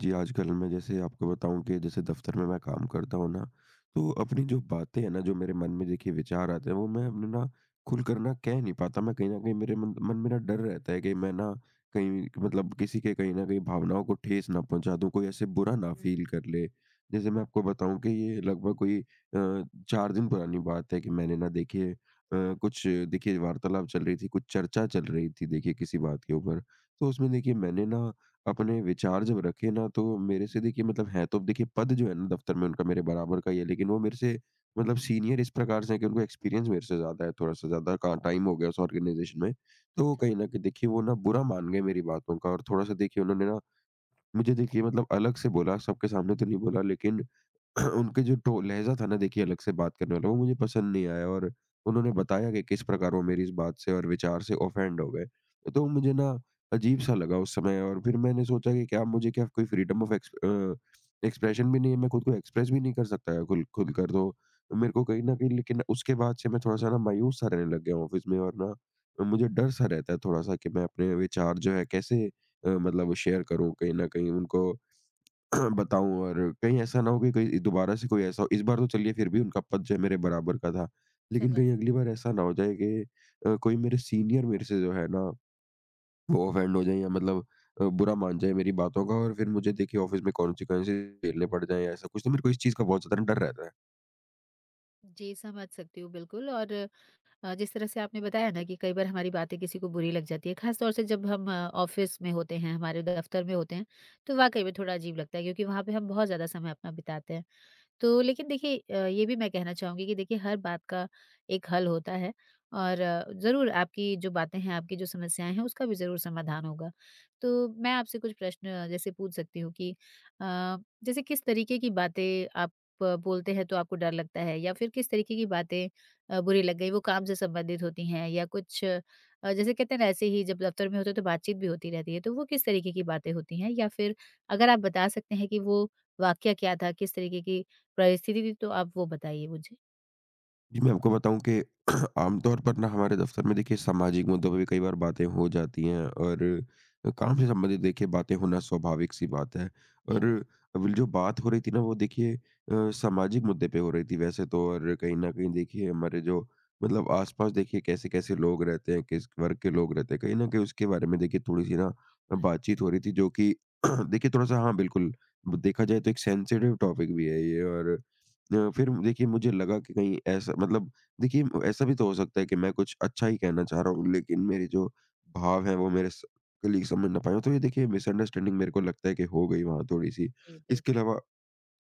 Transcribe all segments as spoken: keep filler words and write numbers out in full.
जी, आजकल मैं जैसे आपको बताऊँ कि जैसे दफ़्तर में मैं काम करता हूँ ना, तो अपनी जो बातें हैं ना, जो मेरे मन में देखिए विचार आते हैं, वो मैं अपने ना खुलकर ना कह नहीं पाता। मैं कहीं न कहीं मेरे मन मन में ना डर रहता है कि मैं ना कहीं मतलब किसी के कहीं न कहीं भावनाओं को ठेस ना पहुँचा दूँ, कोई ऐसे बुरा ना फ़ील कर ले। जैसे मैं आपको बताऊँ कि ये लगभग कोई अ, चार दिन पुरानी बात है कि मैंने ना देखिए अ, कुछ देखिए वार्तालाप चल रही थी, कुछ चर्चा चल रही थी देखिए किसी बात के ऊपर। तो उसमें देखिए मैंने ना अपने विचार जब रखे ना तो मेरे से देखिए मतलब है तो देखिए पद जो है ना दफ्तर में उनका मेरे बराबर का ही है लेकिन वो मेरे से मतलब सीनियर इस प्रकार से हैं कि उनको एक्सपीरियंस मेरे से ज्यादा है, थोड़ा सा ज्यादा का टाइम हो गया उस ऑर्गेनाइजेशन में। तो वो कहीं ना कहीं देखिए वो ना बुरा मान गए मेरी बातों का और थोड़ा सा देखिए उन्होंने ना मुझे देखिए मतलब अलग से बोला, सबके सामने तो नहीं बोला लेकिन उनके जो टो लहज़ा था ना देखिए अलग से बात करने वाला, वो मुझे पसंद नहीं आया और उन्होंने बताया कि किस प्रकार वो मेरी इस बात से और विचार से ऑफेंड हो गए। तो मुझे ना अजीब-सा लगा उस समय और फिर मैंने सोचा कि क्या मुझे, क्या कोई freedom of ex uh, expression भी नहीं है, मैं खुद को एक्सप्रेस भी नहीं कर सकता है खुल खुलकर। तो मेरे को कहीं न कहीं लेकिन उसके बाद से मैं थोड़ा-सा ना मायूस-सा रहने लग गया हूँ ऑफ़िस में और ना मुझे डर-सा रहता है थोड़ा-सा कि मैं अपने विचार जो है कैसे अ, मतलब शेयर करूँ, कहीं न कहीं उनको बताऊँ, और कहीं ऐसा ना हो कि कहीं दोबारा से कोई ऐसा हो। इस बार तो चलिए फिर भी उनका पद जो है मेरे बराबर का था। लेकिन समझ कहीं अगली बार ऐसा ना हो जाए कि अ, कोई मेरे सीनियर मेरे से जो है ना वो ऑफेंड हो जाएँ या मतलब अ, बुरा मान जाए मेरी बातों का और फिर मुझे देखिए ऑफ़िस में कॉन्सिक्वेंसेस झेलने पड़ जाएँ या ऐसा कुछ। तो मेरे को इस चीज़ का बहुत ज़्यादा डर रहता है। जी, समझ सकती हूँ बिल्कुल। और अ, जिस तरह से आपने बताया ना कि कई बार हमारी बातें किसी को बुरी लग जाती है, ख़ास तौर से जब हम अ, ऑफ़िस में होते हैं, हमारे दफ़्तर में होते हैं, तो वाक़ई में थोड़ा अजीब लगता है, क्योंकि वहाँ पे हम बहुत ज़्यादा समय अपना बिताते हैं। तो लेकिन देखिए, अ, ये भी मैं कहना चाहूँगी कि देखिए हर बात का एक हल होता है और अ, ज़रूर आपकी जो बातें हैं, आपकी जो समस्याएँ हैं, उसका भी ज़रूर समाधान होगा। तो मैं आपसे कुछ प्रश्न अ, जैसे पूछ सकती हूँ कि अ, जैसे किस तरीके की बातें आप अ, बोलते हैं तो आपको डर लगता है? या फिर किस तरीके की बातें अ, बुरी लग गई, वो काम से संबंधित होती हैं या कुछ अ, जैसे कहते हैं ना, ऐसे ही जब दफ्तर में होते हैं तो बातचीत भी होती रहती है, तो वो किस तरीके की बातें होती हैं? या फिर अगर आप बता सकते हैं कि वो वाकया क्या था? किस तरीके की परिस्थिति, तो आप वो बताइए मुझे। जी, मैं आपको बताऊँ कि आमतौर पर ना हमारे दफ़्तर में देखिए सामाजिक मुद्दों पे भी कई बार बातें हो जाती हैं और काम से संबंधित देखिए बातें होना स्वाभाविक-सी बात है। जी, और बिल अभी जो बात हो रही थी ना वो देखिए अ, सामाजिक मुद्दे पे हो रही थी वैसे तो, और कहीं न कहीं देखिए हमारे जो मतलब आस-पास देखिए कैसे-कैसे लोग रहते हैं, किस वर्ग के लोग रहते हैं, कहीं न कहीं उसके बारे में देखिए थोड़ी-सी ना अ, बातचीत हो रही थी, जो कि देखिए थोड़ा-सा हाँ, बिल्कुल देखा जाए तो एक सेंसिटिव टॉपिक भी है ये। और अ, फिर देखिए मुझे लगा कि कहीं ऐसा मतलब देखिए ऐसा भी तो हो सकता है कि मैं कुछ अच्छा ही कहना चाह रहा हूँ लेकिन मेरे जो भाव हैं वो मेरे स- कलीग समझ ना पाए हों। तो ये देखिए मिसअंडरस्टैंडिंग मेरे को लगता है कि हो गई वहाँ थोड़ी सी। जी, इसके बिल्कुल। अलावा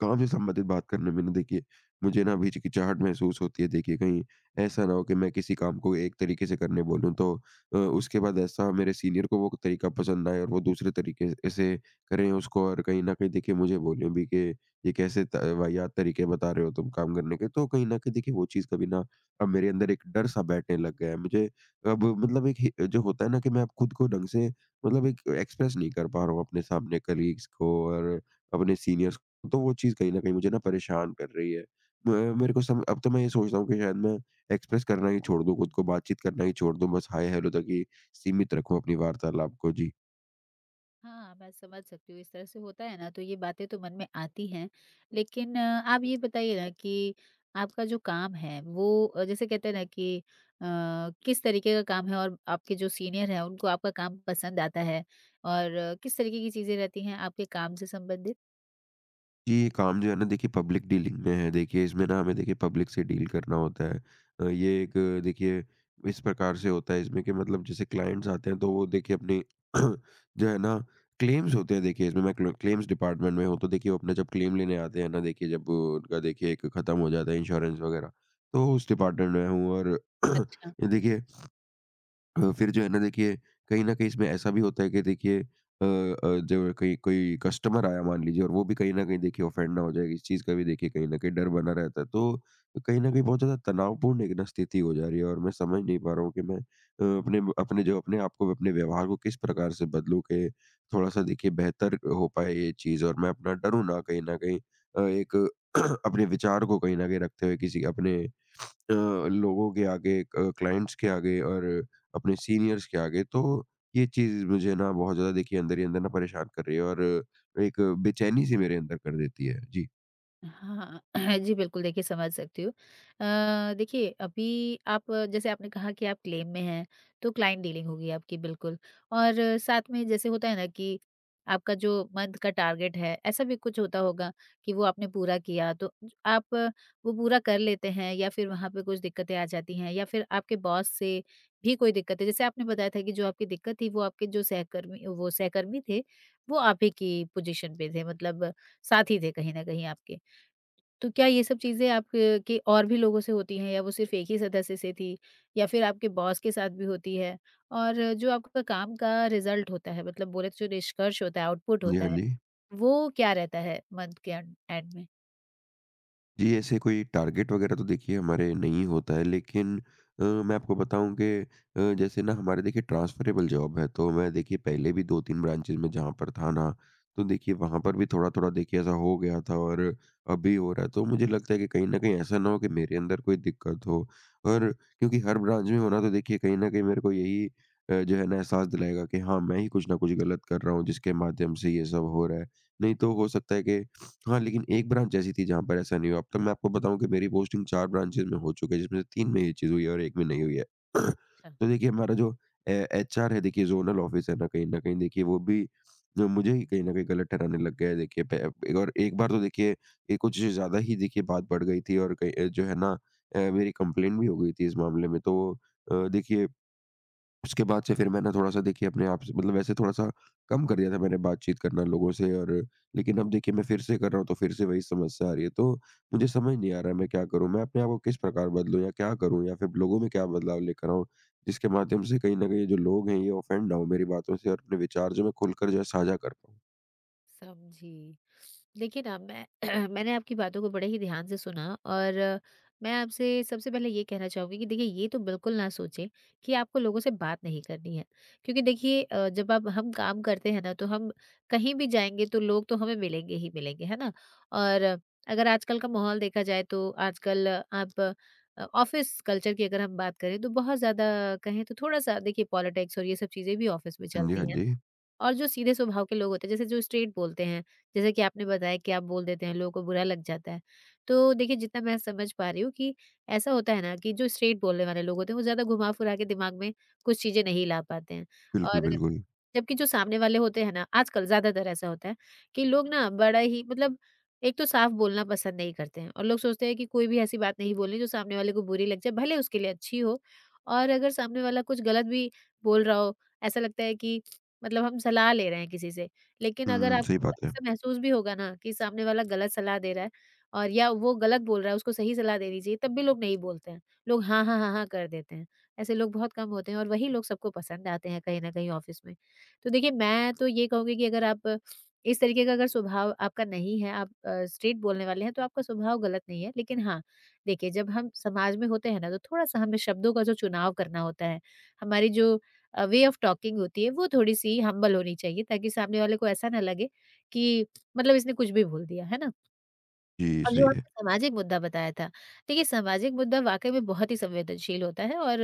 काफ़ी संबंधित बात करने में ना देखिए मुझे ना अभी हिचकिचाहट महसूस होती है देखिए कहीं ऐसा ना हो कि मैं किसी काम को एक तरीके से करने बोलूँ तो अ, उसके बाद ऐसा मेरे सीनियर को वो तरीका पसंद ना आए और वो दूसरे तरीके से करें उसको और कहीं ना कहीं देखिए मुझे बोलें भी कि ये कैसे त- वाहियात तरीके बता रहे हो तुम काम करने के। तो कहीं ना कहीं देखिए वो चीज़ कभी ना अब मेरे अंदर एक डर सा बैठने लग गया है मुझे। अब मतलब एक हि- जो होता है ना कि मैं अब खुद को ढंग से मतलब एक एक्सप्रेस नहीं कर पा रहा हूँ अपने सामने कलीग्स को और अपने सीनियर्स। तो वो चीज़ कहीं न कहीं मुझे ना परेशान कर रही है। म मेरे को सम अब तो मैं ये सोचता हूँ कि शायद मैं एक्सप्रेस करना ही छोड़ दूँ खुद को, बातचीत करना ही छोड़ दूँ, बस हाय-हेलो तक ही सीमित रखूँ अपनी वार्तालाप को। जी। हाँ, मैं समझ सकती हूँ। इस तरह से होता है ना, तो ये बातें तो मन में आती हैं। लेकिन अ, आप ये बताइए ना कि आपका जो काम है वो अ, जैसे कहते हैं ना कि अ, किस तरीके का काम है और आपके जो सीनियर हैं उनको आपका काम पसंद आता है? और अ, किस तरीके की चीज़ें रहती हैं आपके काम से संबंधित? जी, ये काम जो है ना देखिए पब्लिक डीलिंग में है। देखिए इसमें ना हमें देखिए पब्लिक से डील करना होता है। अ, ये एक अ, देखिए इस प्रकार से होता है इसमें कि मतलब जैसे क्लाइंट्स आते हैं तो वो देखिए अपनी जो है ना क्लेम्स होते हैं, देखिए इसमें मैं क्ल क्लेम्स डिपार्टमेंट में हूँ तो देखिए वो अपना जब क्लेम लेने आते हैं ना देखिए जब वो उनका देखिए एक खत्म हो जाता है इंश्योरेंस वगैरह, तो उस डिपार्टमेंट में हूँ। और अच्छा। ये देखिए अ, फिर जो है ना देखिए, कहीं न कहीं इसमें ऐसा भी होता है कि देखिए अ अ, जो कहीं कोई कस्टमर आया मान लीजिए और वो भी कहीं न कहीं देखिए ऑफेंड ना हो जाए, इस चीज़ का भी देखिए कहीं न कहीं डर बना रहता है। तो कहीं न कहीं बहुत ज़्यादा तनावपूर्ण एक ना स्थिति हो जा रही है और मैं समझ नहीं पा रहा हूँ कि मैं अ, अपने अपने जो अपने आप को, अपने व्यवहार को किस प्रकार से बदलूँ कि थोड़ा-सा देखिए बेहतर हो पाए ये चीज़। और मैं अपना डरूँ ना कहीं न कहीं अ, एक अपने विचार को कहीं न कहीं रखते हुए किसी अपने अ, लोगों के आगे, अ, क्लाइंट्स के आगे और अपने सीनियर्स के आगे। तो ये चीज़ मुझे ना बहुत ज़्यादा देखिए अंदर ही अंदर ना परेशान कर रही है और एक बेचैनी-सी मेरे अंदर कर देती है। जी। हाँ, जी बिल्कुल, देखिए समझ सकती हूँ। अ, देखिए अभी आप, अ, जैसे आपने कहा कि आप क्लेम में हैं, तो क्लाइंट डीलिंग होगी आपकी बिल्कुल। और अ, साथ में जैसे होता है ना कि आपका जो मंथ का टारगेट है, ऐसा भी कुछ होता होगा कि वो आपने पूरा किया तो ज- आप अ, वो पूरा कर लेते हैं या फिर वहाँ पे कुछ दिक्कतें आ जाती हैं या फिर आपके बॉस से भी कोई दिक्कत है? जैसे आपने बताया था कि जो आपकी दिक्कत थी, वो आपके जो सहकर्मी, वो सहकर्मी थे, वो आप ही की पोज़ीशन पे थे, मतलब साथी थे कहीं न कहीं आपके। तो क्या ये सब चीज़ें आप अ, के और भी लोगों से होती हैं या वो सिर्फ़ एक ही सदस्य से थी? या फिर आपके बॉस के साथ भी होती है? और अ, जो आपका काम का रिज़ल्ट होता है, मतलब बोले तो जो निष्कर्ष होता है, आउटपुट जी, होता हाँ है, जी। वो क्या रहता है मंथ के एंड एंड में? जी, ऐसे कोई टारगेट वगैरह तो देखिए हमारे नहीं होता है लेकिन अ, मैं आपको बताऊँ कि अ, जैसे ना हमारे देखिए ट्रांसफ़रेबल जॉब है, तो मैं देखिए पहले भी दो तीन ब्रांचेज़ में जहाँ पर था ना, तो देखिए वहाँ पर भी थोड़ा-थोड़ा देखिए ऐसा हो गया था और अभी हो रहा है। तो मुझे लगता है कि कहीं न कहीं ऐसा ना हो कि मेरे अंदर कोई दिक्कत हो, और क्योंकि हर ब्रांच में होना तो देखिए कहीं न कहीं मेरे को यही अ, जो है ना एहसास दिलाएगा कि हाँ, मैं ही कुछ ना कुछ गलत कर रहा हूँ जिसके माध्यम से ये सब हो रहा है। नहीं तो हो सकता है कि हाँ, लेकिन एक ब्रांच ऐसी थी जहाँ पर ऐसा नहीं हुआ। अब तक मैं आपको बताऊँ कि मेरी पोस्टिंग चार ब्रांचेज़ में हो चुकी है, जिसमें से तीन में ये चीज़ हुई है और एक में नहीं हुई है। अच्छा। तो देखिए हमारा जो ए एचआर है देखिए, ज़ोनल ऑफ़िस है ना, कहीं न कहीं देखिए वो भी जो मुझे ही कहीं न कहीं गलत ठहराने लग गया है देखिए पे। एक और एक बार तो देखिए ये कुछ ज़्यादा ही देखिए बात बढ़ गई थी और कहीं अ, जो है ना अ, मेरी कंप्लेंट भी हो गई थी इस मामले में। तो अ, देखिए उसके बाद से फिर मैंने थोड़ा-सा देखिए अपने आप से मतलब वैसे थोड़ा-सा कम कर दिया था मैंने बातचीत करना लोगों से और। लेकिन अब देखिए मैं फिर से कर रहा हूँ, तो फिर से वही समस्या आ रही है। तो मुझे समझ नहीं आ रहा है, मैं क्या करूँ? मैं अपने आप को किस प्रकार बदलूँ या क्या करूँ? या फिर लोगों में क्या बदलाव लेकर आऊँ जिसके माध्यम से कहीं न कहीं ये जो लोग हैं ये ऑफेंड ना हो मेरी बातों से और अपने विचार जो मैं खुलकर जो है साझा कर पाऊँ? समझी। देखिए ना, मैं मैंने आपकी बातों को बड़े ही ध्यान से सुना, और मैं आपसे सबसे पहले ये कहना चाहूँगी कि देखिए, ये तो बिल्कुल ना सोचें कि आपको लोगों से बात नहीं करनी है। क्योंकि देखिए, अ, जब आप हम काम करते हैं ना, तो हम कहीं भी जाएँगे तो लोग तो हमें मिलेंगे ही मिलेंगे, है ना? और अगर आजकल का माहौल देखा जाए, तो आजकल आप, अ, ऑफ़िस कल्चर की अगर हम बात करें, तो बहुत ज़्यादा कहें तो थोड़ा-सा देखिए पॉलिटिक्स और ये सब चीज़ें भी ऑफ़िस में हाँ जी, चलती हाँ हैं। जी। और जो सीधे स्वभाव के लोग होते हैं, जैसे जो स्ट्रेट बोलते हैं, जैसे कि आपने बताया कि आप बोल देते हैं, लोगों को बुरा लग जाता है। तो देखिए, जितना मैं समझ पा रही हूँ कि ऐसा होता है ना कि जो स्ट्रेट बोलने वाले लोग होते हैं, वो ज़्यादा घुमा-फिरा के दिमाग में कुछ चीज़ें नहीं ला पाते हैं। बिल्कुल, और बिल्कुल। जबकि जो सामने वाले होते हैं ना, आजकल ज़्यादातर ऐसा होता है कि लोग ना बड़ा ही, मतलब, एक तो साफ बोलना पसंद नहीं करते हैं, और लोग सोचते हैं कि कोई भी ऐसी बात नहीं बोलनी जो सामने वाले को बुरी लग जाए, भले उसके लिए अच्छी हो। और अगर सामने वाला कुछ गलत भी बोल रहा हो, ऐसा लगता है कि मतलब हम सलाह ले रहे हैं किसी से। लेकिन अगर हुँ, सही आपको बात है। ऐसा महसूस भी होगा ना कि सामने वाला गलत सलाह दे रहा है और या वो गलत बोल रहा है, उसको सही सलाह देनी चाहिए, तब भी लोग नहीं बोलते हैं। लोग हाँ, हाँ, हाँ, हाँ कर देते हैं। ऐसे लोग बहुत कम होते हैं, और वही लोग सबको पसंद आते हैं कहीं न कहीं ऑफ़िस में। तो देखिए, मैं तो ये कहूँगी कि अगर आप, इस तरीके का अगर स्वभाव आपका नहीं है, आप अ, स्ट्रेट बोलने वाले हैं, तो आपका स्वभाव गलत नहीं है। लेकिन हाँ, देखिए, जब हम समाज में होते हैं ना, तो थोड़ा-सा हमें शब्दों का जो चुनाव करना होता है, हमारी जो अ, वे ऑफ टॉकिंग होती है वो थोड़ी-सी हम्बल होनी चाहिए, ताकि सामने वाले को ऐसा ना लगे कि, मतलब, इसने कुछ भी बोल दिया, है ना? जी, और सही जो है। आपने सामाजिक मुद्दा बताया था, देखिए सामाजिक मुद्दा वाक़ई में बहुत ही संवेदनशील होता है, और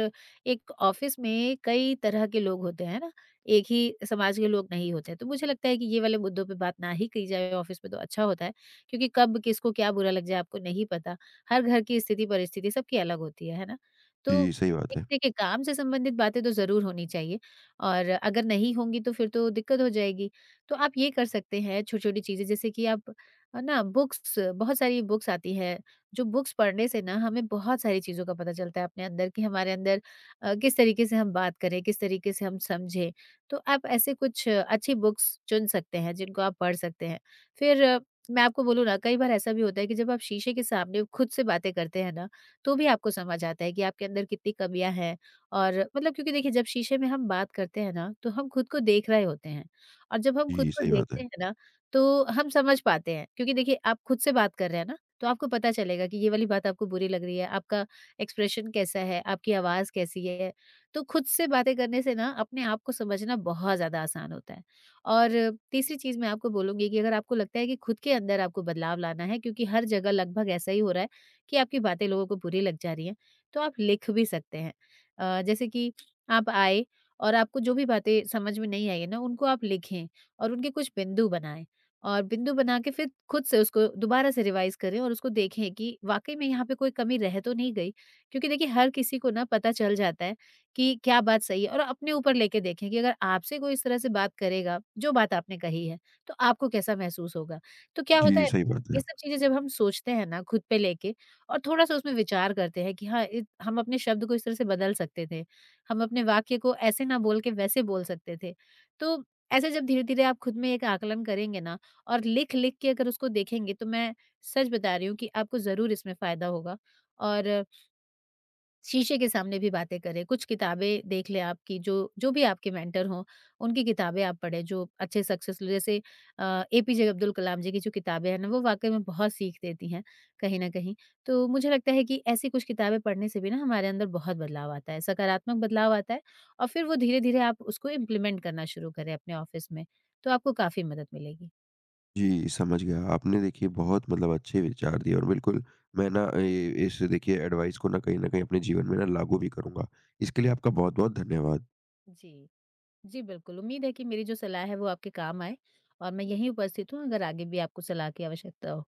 एक ऑफ़िस में कई तरह के लोग होते हैं, है ना? एक ही समाज के लोग नहीं होते हैं, तो मुझे लगता है कि ये वाले मुद्दों पे बात ना ही की जाए ऑफ़िस में तो अच्छा होता है, क्योंकि कब किसको क्या बुरा लग जाए, आपको नहीं पता। हर घर की स्थिति परिस्थिति सबकी अलग होती है, है ना? तो जी, सही बात एक, है। देखिए, काम से संबंधित बातें तो ज़रूर होनी चाहिए, और अगर नहीं होंगी तो फिर तो दिक्कत हो जाएगी। तो आप ये कर सकते हैं, छोटी-छोटी चीज़ें, जैसे कि आप, अ, ना, बुक्स, बहुत सारी बुक्स आती हैं, जो बुक्स पढ़ने से ना हमें बहुत सारी चीज़ों का पता चलता है, अपने अंदर कि हमारे अंदर अ, किस तरीके से हम बात करें, किस तरीके से हम समझें। तो आप ऐसे कुछ अ, अच्छी बुक्स चुन सकते हैं, जिनको आप पढ़ सकते हैं। फिर अ, मैं आपको बोलूँ ना, कई बार ऐसा भी होता है कि जब आप शीशे के सामने खुद से बातें करते हैं ना, तो भी आपको समझ आता है कि आपके अंदर कितनी कमियाँ हैं, और, मतलब, क्योंकि देखिए, जब शीशे में हम बात करते हैं ना, तो हम खुद को देख रहे होते हैं, और जब हम खुद जी, को सही बात है। देखते हैं ना तो हम समझ पाते हैं, क्योंकि देखिए आप खुद से बात कर रहे हैं ना, तो आपको पता चलेगा कि ये वाली बात आपको बुरी लग रही है, आपका एक्सप्रेशन कैसा है, आपकी आवाज़ कैसी है। तो खुद से बातें करने से ना अपने आप को समझना बहुत ज़्यादा आसान होता है। और तीसरी चीज़ मैं आपको बोलूंगी कि अगर आपको लगता है कि खुद के अंदर आपको बदलाव लाना है, क्योंकि हर जगह लगभग ऐसा ही हो रहा है कि आपकी बातें लोगों को बुरी लग जा रही हैं, तो आप लिख भी सकते हैं। अ, जैसे कि आप आए, और आपको जो भी बातें समझ में नहीं आई है ना, उनको आप लिखें, और उनके कुछ बिंदु बनाएं, और बिंदु बना के फिर खुद से उसको दोबारा से रिवाइज़ करें, और उसको देखें कि वाक़ई में यहाँ पे कोई कमी रह तो नहीं गई। क्योंकि देखिए, हर किसी को ना पता चल जाता है कि क्या बात सही है, और अपने ऊपर लेके देखें कि अगर आपसे कोई इस तरह से बात करेगा, जो बात आपने कही है, तो आपको कैसा महसूस होगा? तो क्या होता जी, है, सही बात ये है। सब चीज़ें जब हम सोचते हैं ना खुद पे लेके, और थोड़ा-सा उसमें विचार करते हैं कि हाँ, इत हम अपने शब्द को इस तरह से बदल सकते थे, हम अपने वाक्य को ऐसे ना बोल के वैसे बोल सकते थे। तो ऐसे, जब धीरे-धीरे आप खुद में एक आकलन करेंगे ना, और लिख-लिख के अगर उसको देखेंगे, तो मैं सच बता रही हूँ कि आपको ज़रूर इसमें फ़ायदा होगा। और शीशे के सामने भी बातें करें, कुछ किताबें देख लें, आपकी जो, जो भी आपके मेंटर हों, उनकी किताबें आप पढ़ें, जो अच्छे सक्सेसफुल, जैसे अ, ए पी जे अब्दुल कलाम जी की जो किताबें हैं ना, वो वाक़ई में बहुत सीख देती हैं कहीं न कहीं। तो मुझे लगता है कि ऐसी कुछ किताबें पढ़ने से भी ना हमारे अंदर बहुत बदलाव आता है, सकारात्मक बदलाव आता है। और फिर वो धीरे-धीरे आप उसको इम्प्लीमेंट करना शुरू करें अपने ऑफ़िस में, तो आपको काफ़ी मदद मिलेगी। जी, समझ गया। आपने देखिए बहुत मतलब अच्छे विचार दिए और बिल्कुल मैं ना ए इस देखिए एडवाइस को ना कहीं न कहीं अपने जीवन में ना लागू भी करूँगा। इसके लिए आपका बहुत-बहुत धन्यवाद। जी। जी, बिल्कुल। उम्मीद है कि मेरी जो सलाह है वो आपके काम आए, और मैं यहीं उपस्थित हूँ अगर आगे भी आपको सलाह की आवश्यकता हो।